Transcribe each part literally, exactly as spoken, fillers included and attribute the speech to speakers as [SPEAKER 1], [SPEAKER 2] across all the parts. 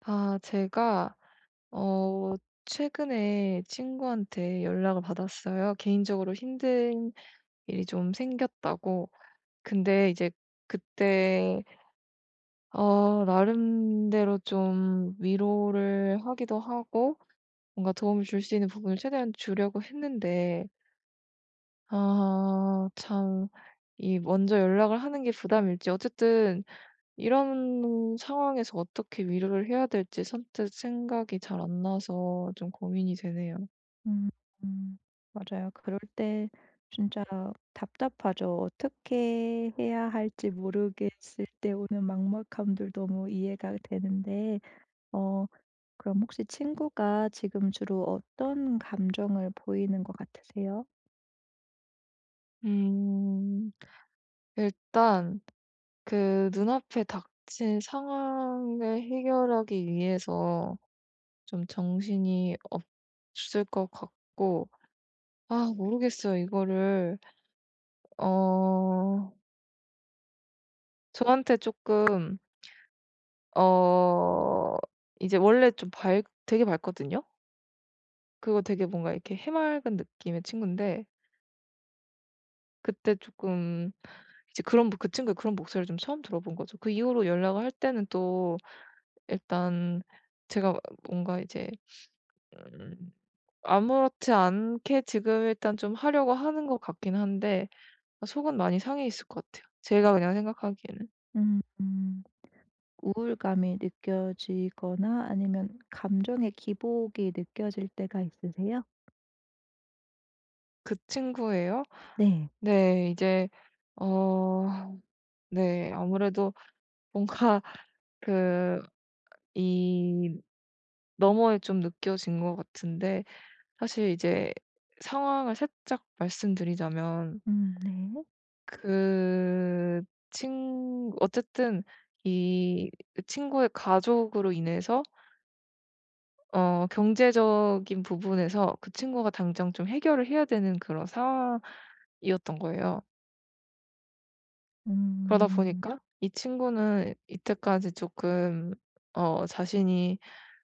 [SPEAKER 1] 아, 제가, 어, 최근에 친구한테 연락을 받았어요. 개인적으로 힘든 일이 좀 생겼다고. 근데 이제 그때, 어, 나름대로 좀 위로를 하기도 하고, 뭔가 도움을 줄 수 있는 부분을 최대한 주려고 했는데, 아, 참, 이 먼저 연락을 하는 게 부담일지. 어쨌든, 이런 상황에서 어떻게 위로를 해야 될지 선뜻 생각이 잘 안 나서 좀 고민이 되네요.
[SPEAKER 2] 음. 음. 맞아요. 그럴 때 진짜 답답하죠. 어떻게 해야 할지 모르겠을 때 오는 막막함들 너무 이해가 되는데. 어 그럼 혹시 친구가 지금 주로 어떤 감정을 보이는 것 같으세요?
[SPEAKER 1] 음, 일단 그 눈앞에 닥친 상황을 해결하기 위해서 좀 정신이 없을 것 같고, 아, 모르겠어요. 이거를, 어, 저한테 조금, 어, 이제 원래 좀 밝, 되게 밝거든요? 그거 되게 뭔가 이렇게 해맑은 느낌의 친구인데, 그때 조금 이제 그런 그 친구의 그런 목소리를 좀 처음 들어본 거죠. 그 이후로 연락을 할 때는 또 일단 제가 뭔가 이제 음 아무렇지 않게 지금 일단 좀 하려고 하는 것 같긴 한데 속은 많이 상해 있을 것 같아요. 제가 그냥 생각하기에는.
[SPEAKER 2] 음. 음. 우울감이 느껴지거나 아니면 감정의 기복이 느껴질 때가 있으세요?
[SPEAKER 1] 그 친구예요.
[SPEAKER 2] 네.
[SPEAKER 1] 네. 이제 어 네, 아무래도 뭔가 그 이 너머에 좀 느껴진 것 같은데 사실 이제 상황을 살짝 말씀드리자면
[SPEAKER 2] 음 네.
[SPEAKER 1] 그 친 어쨌든 이 친구의 가족으로 인해서 어 경제적인 부분에서 그 친구가 당장 좀 해결을 해야 되는 그런 상황이었던 거예요. 그러다
[SPEAKER 2] 음.
[SPEAKER 1] 보니까 이 친구는 이때까지 조금 어 자신이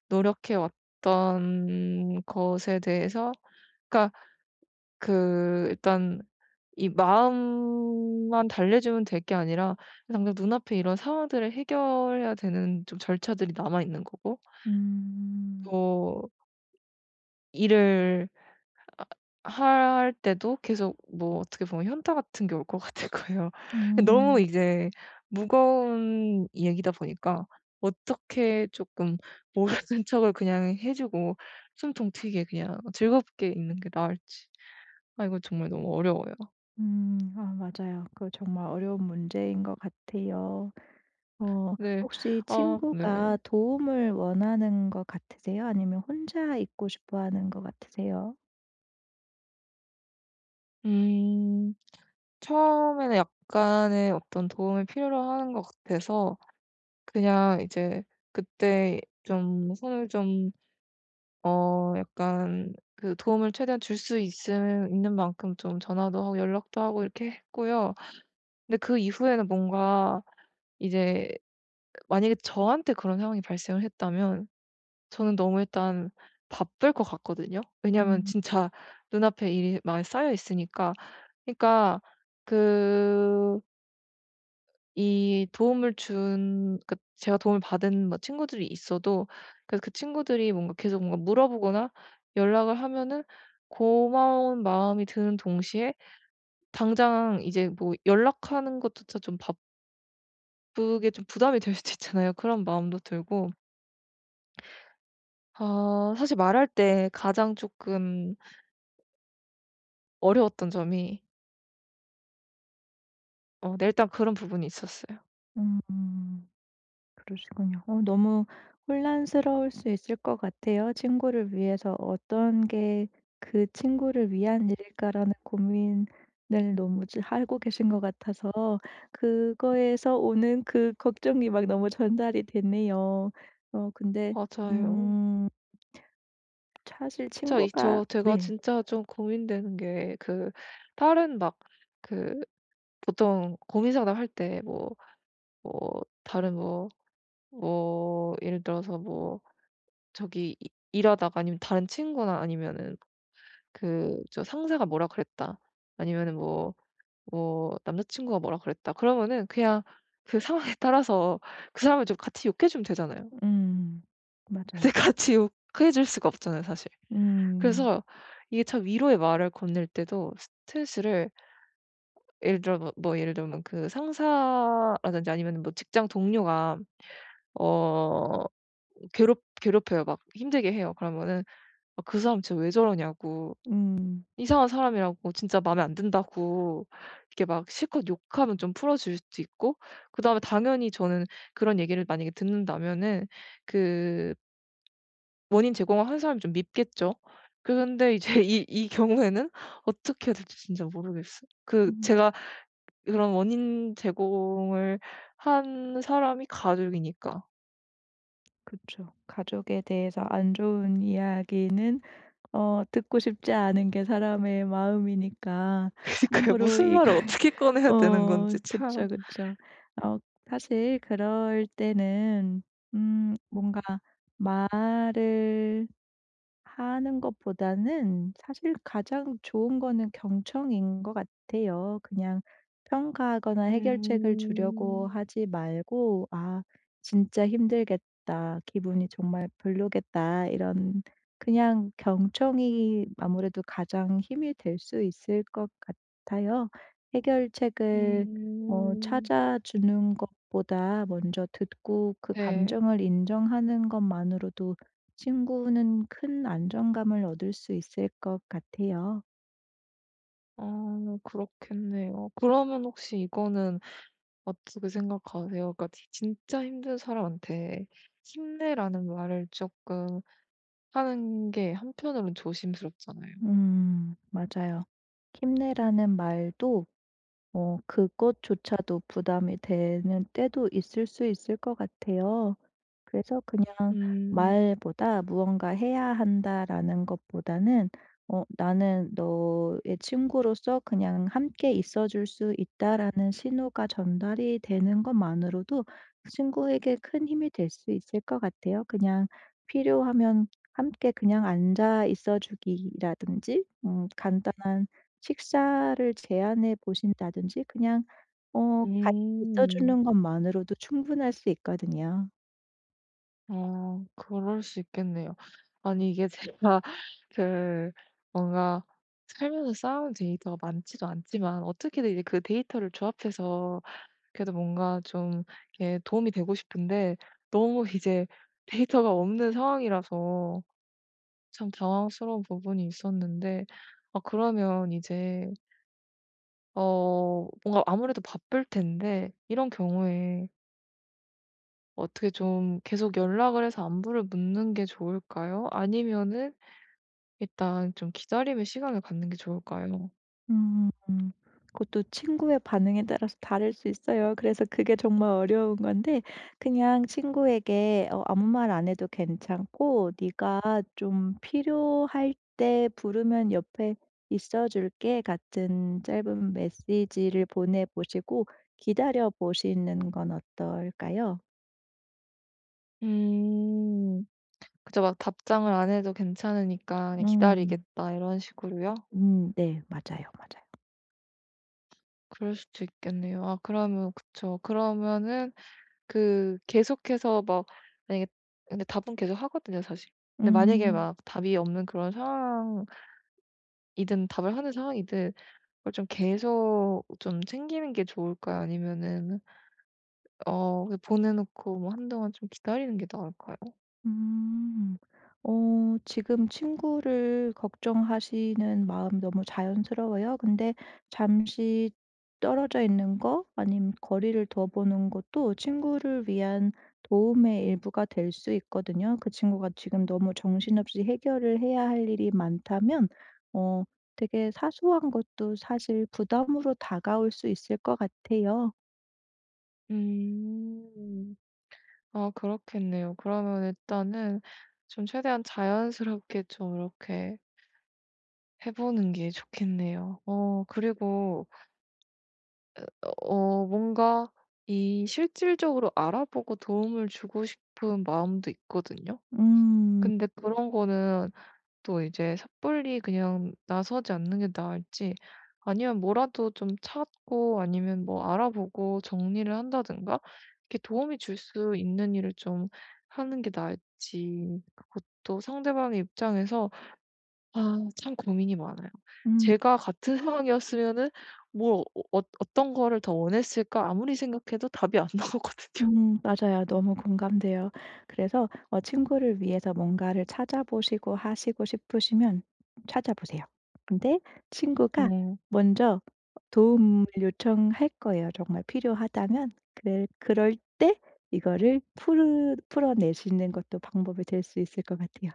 [SPEAKER 1] 노력해 왔던 것에 대해서 그러니까 그 일단 이 마음만 달래주면 될 게 아니라 당장 눈앞에 이런 상황들을 해결해야 되는 좀 절차들이 남아 있는 거고
[SPEAKER 2] 음.
[SPEAKER 1] 또 일을 아 할 때도 계속 뭐 어떻게 보면 현타 같은 게 올 것 같을 거예요. 너무
[SPEAKER 2] 음.
[SPEAKER 1] 이제 무거운 얘기다 보니까 어떻게 조금 모르는 척을 그냥 해 주고 숨통 트이게 그냥 즐겁게 있는 게 나을지. 아 이거 정말 너무 어려워요.
[SPEAKER 2] 음. 아 맞아요. 그거 정말 어려운 문제인 것 같아요. 어
[SPEAKER 1] 네.
[SPEAKER 2] 혹시
[SPEAKER 1] 아 네.
[SPEAKER 2] 친구가 도움을 원하는 것 같으세요? 아니면 혼자 있고 싶어 하는 것 같으세요?
[SPEAKER 1] 음. 처음에는 약간의 어떤 도움을 필요로 하는 것 같아서 그냥 이제 그때 좀 손을 좀 어 약간 그 도움을 최대한 줄 수 있음 있는 만큼 좀 전화도 하고 연락도 하고 이렇게 했고요. 근데 그 이후에는 뭔가 이제 만약에 저한테 그런 상황이 발생을 했다면 저는 너무 일단 바쁠 것 같거든요. 왜냐하면
[SPEAKER 2] 음.
[SPEAKER 1] 진짜 눈앞에 일이 많이 쌓여 있으니까 그러니까 그 이 도움을 준 그 제가 도움을 받은 뭐 친구들이 있어도 그 그 친구들이 뭔가 계속 뭔가 물어보거나 연락을 하면은 고마운 마음이 드는 동시에 당장 이제 뭐 연락하는 것조차 좀 바쁘게 좀 부담이 될 수도 있잖아요. 그런 마음도 들고. 아 사실 말할 때 가장 쪼끔 어려웠던 점이 어 네, 일단 그런 부분이 있었어요.
[SPEAKER 2] 음. 그러시군요. 어 너무 혼란스러울 수 있을 것 같아요. 친구를 위해서 '어떤 게 그 친구를 위한 일일까.'라는 고민을 너무 지 하고 계신 것 같아서 그거에서 오는 그 걱정이 막 너무 전달이 됐네요. 어 근데
[SPEAKER 1] 맞아요.
[SPEAKER 2] 음 사실
[SPEAKER 1] 저 이
[SPEAKER 2] 친구가.
[SPEAKER 1] 저 제가
[SPEAKER 2] 네.
[SPEAKER 1] 진짜 좀 고민되는 게 그 다른 막 그 보통 고민 상담할 때 뭐 뭐 다른 뭐 뭐 예를 들어서 뭐 저기 이 일하다가 아니면 다른 친구나 아니면은 그 저 상사가 뭐라 그랬다. 아니면은 뭐 뭐 남자친구가 뭐라 그랬다. 그러면은 그냥 그 상황에 따라서 그 사람을 좀 같이 욕해 주면 되잖아요.
[SPEAKER 2] 음. 맞아요.
[SPEAKER 1] 근데 같이 욕해 줄 수가 없잖아요 사실.
[SPEAKER 2] 음.
[SPEAKER 1] 그래서 이게 참 위로의 말을 건넬 때도 스트레스를 예를 들어 뭐 뭐 예를 들면 그 상사라든지 아니면은 뭐 직장 동료가 어 괴롭 괴롭혀요. 막 힘들게 해요. 그러면은 아 그 사람 진짜 왜 저러냐고
[SPEAKER 2] 음.
[SPEAKER 1] 이상한 사람이라고 진짜 마음에 안 든다고 이렇게 막 실컷 욕하면 좀 풀어줄 수 있고 그다음에 당연히 저는 그런 얘기를 만약에 듣는다면은 그 원인 제공을 한 사람이 좀 밉겠죠. 그런데 이제 이 이 경우에는 어떻게 해야 될지 진짜 모르겠어요. 그
[SPEAKER 2] 음.
[SPEAKER 1] 제가 그런 원인 제공을 한 사람이 가족이니까.
[SPEAKER 2] 그쵸. 가족에 대해서 안 좋은 이야기는 어 듣고 싶지 않은 게 사람의 마음이니까
[SPEAKER 1] 그니까요.
[SPEAKER 2] 함부로
[SPEAKER 1] 무슨
[SPEAKER 2] 이걸
[SPEAKER 1] 말을 어떻게 꺼내야 되는
[SPEAKER 2] 어
[SPEAKER 1] 건지 참.
[SPEAKER 2] 그쵸, 그쵸. 어 사실 그럴 때는 음 뭔가 말을 하는 것보다는 사실 가장 좋은 거는 경청인 것 같아요. 그냥 평가하거나 해결책을 주려고
[SPEAKER 1] 음.
[SPEAKER 2] 하지 말고 '아 진짜 힘들겠다. 기분이 정말 별로겠다.' 이런 그냥 경청이 아무래도 가장 힘이 될 수 있을 것 같아요. 해결책을 어
[SPEAKER 1] 음.
[SPEAKER 2] 찾아주는 것보다 먼저 듣고 그
[SPEAKER 1] 네.
[SPEAKER 2] 감정을 인정하는 것만으로도 친구는 큰 안정감을 얻을 수 있을 것 같아요.
[SPEAKER 1] 아 그렇겠네요. 그러면 혹시 이거는 어떻게 생각하세요? 그러니까 지 진짜 힘든 사람한테 "힘내."라는 말을 쪼끔 하는 게 한편으론 조심스럽잖아요.
[SPEAKER 2] 음, 맞아요. 힘내라는 말도 어 그것조차도 부담이 되는 때도 있을 수 있을 것 같아요. 그래서 그냥
[SPEAKER 1] 음.
[SPEAKER 2] 말보다 '무언가 해야 한다.'라는 것보다는 어 '나는 너의 친구로서 그냥 함께 있어 줄 수 있다.'라는 신호가 전달이 되는 것만으로도 그 친구에게 큰 힘이 될 수 있을 것 같아요. 그냥 필요하면 함께 그냥 앉아 있어 주기라든지 음 간단한 식사를 제안해 보신다든지 그냥 어 같이 있어
[SPEAKER 1] 음.
[SPEAKER 2] 주는 것만으로도 충분할 수 있거든요.
[SPEAKER 1] 어 그럴 수 있겠네요. 아니 이게 제가 그 뭔가 살면서 쌓아온 데이터가 많지도 않지만 어떻게든 이제 그 데이터를 조합해서 그래도 뭔가 좀 이렇게 도움이 되고 싶은데 너무 이제 데이터가 없는 상황이라서 참 당황스러운 부분이 있었는데 아 그러면 이제 어 뭔가 아무래도 바쁠 텐데 이런 경우에 어떻게 좀 계속 연락을 해서 안부를 묻는 게 좋을까요? 아니면은 일단 좀 기다림의 시간을 갖는 게 좋을까요?
[SPEAKER 2] 음. 그것도 친구의 반응에 따라서 다를 수 있어요. 그래서 그게 정말 어려운 건데 그냥 친구에게 어 아무 말 안 해도 괜찮고 "네가 좀 필요할 때 부르면 옆에 있어 줄게." 같은 짧은 메시지를 보내 보시고 기다려 보시는 건 어떨까요?
[SPEAKER 1] 음. 그죠. 막 답장을 안 해도 괜찮으니까 그냥
[SPEAKER 2] 음.
[SPEAKER 1] "기다리겠다." 이런 식으로요?
[SPEAKER 2] 음 네. 맞아요, 맞아요.
[SPEAKER 1] 그럴 수도 있겠네요. 아 그러면 그쵸. 그러면은 그 계속해서 막 만약에 근데 답은 계속 하거든요 사실. 근데 만약에
[SPEAKER 2] 음.
[SPEAKER 1] 막 답이 없는 그런 상황이든 답을 하는 상황이든 그걸 좀 계속 좀 챙기는 게 좋을까요? 아니면은 어 보내 놓고 뭐 한동안 좀 기다리는 게 나을까요?
[SPEAKER 2] 음. 어 지금 친구를 걱정하시는 마음 너무 자연스러워요. 근데 잠시 떨어져 있는 거 아니면 거리를 둬 보는 것도 친구를 위한 도움의 일부가 될 수 있거든요. 그 친구가 지금 너무 정신없이 해결을 해야 할 일이 많다면 어 되게 사소한 것도 사실 부담으로 다가올 수 있을 것 같아요.
[SPEAKER 1] 음. 아 그렇겠네요. 그러면 일단은 좀 최대한 자연스럽게 좀 이렇게 해 보는 게 좋겠네요. 어 그리고 어 뭔가 이 실질적으로 알아보고 도움을 주고 싶은 마음도 있거든요.
[SPEAKER 2] 음.
[SPEAKER 1] 근데 그런 거는 또 이제 섣불리 그냥 나서지 않는 게 나을지 아니면 뭐라도 좀 찾고 아니면 뭐 알아보고 정리를 한다든가 이렇게 도움이 줄 수 있는 일을 좀 하는 게 나을지 그것도 상대방의 입장에서 아 참 고민이 많아요.
[SPEAKER 2] 음.
[SPEAKER 1] 제가 같은 상황이었으면은 뭘 어 어 어떤 거를 더 원했을까 아무리 생각해도 답이 안 나오거든요.
[SPEAKER 2] 음 맞아요. 너무 공감돼요. 그래서 어 친구를 위해서 뭔가를 찾아보시고 하시고 싶으시면 찾아보세요. 근데 친구가
[SPEAKER 1] 어.
[SPEAKER 2] 먼저 도움을 요청할 거예요, 정말 필요하다면. 그래 그럴 때 이거를 풀어 풀어내시는 것도 방법이 될 수 있을 것 같아요.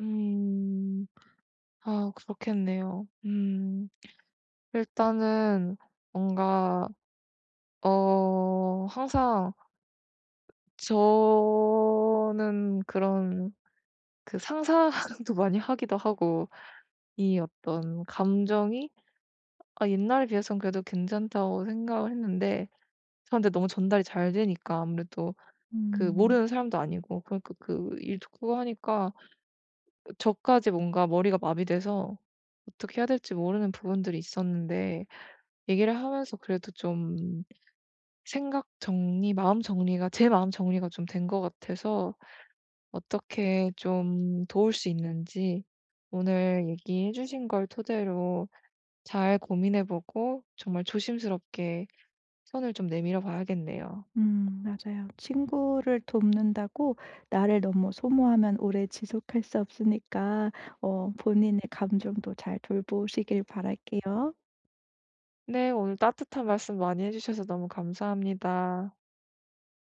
[SPEAKER 1] 음. 아 그렇겠네요. 음. 일단은 뭔가 어 항상 저는 그런 그 상상도 많이 하기도 하고 이 어떤 감정이 아 옛날에 비해서는 그래도 괜찮다고 생각을 했는데 저한테 너무 전달이 잘 되니까 아무래도 그
[SPEAKER 2] 음.
[SPEAKER 1] 모르는 사람도 아니고 그러니까 그 일 듣고 하니까 저까지 뭔가 머리가 마비돼서 어떻게 해야 될지 모르는 부분들이 있었는데 얘기를 하면서 그래도 좀 생각 정리, 마음 정리가 제 마음 정리가 좀 된 것 같아서 어떻게 좀 도울 수 있는지 오늘 얘기해 주신 걸 토대로 잘 고민해 보고 정말 조심스럽게 선을 좀 내밀어 봐야겠네요.
[SPEAKER 2] 음 맞아요. 친구를 돕는다고 나를 너무 소모하면 오래 지속할 수 없으니까 어 본인의 감정도 잘 돌보시길 바랄게요.
[SPEAKER 1] 네, 오늘 따뜻한 말씀 많이 해 주셔서 너무 감사합니다.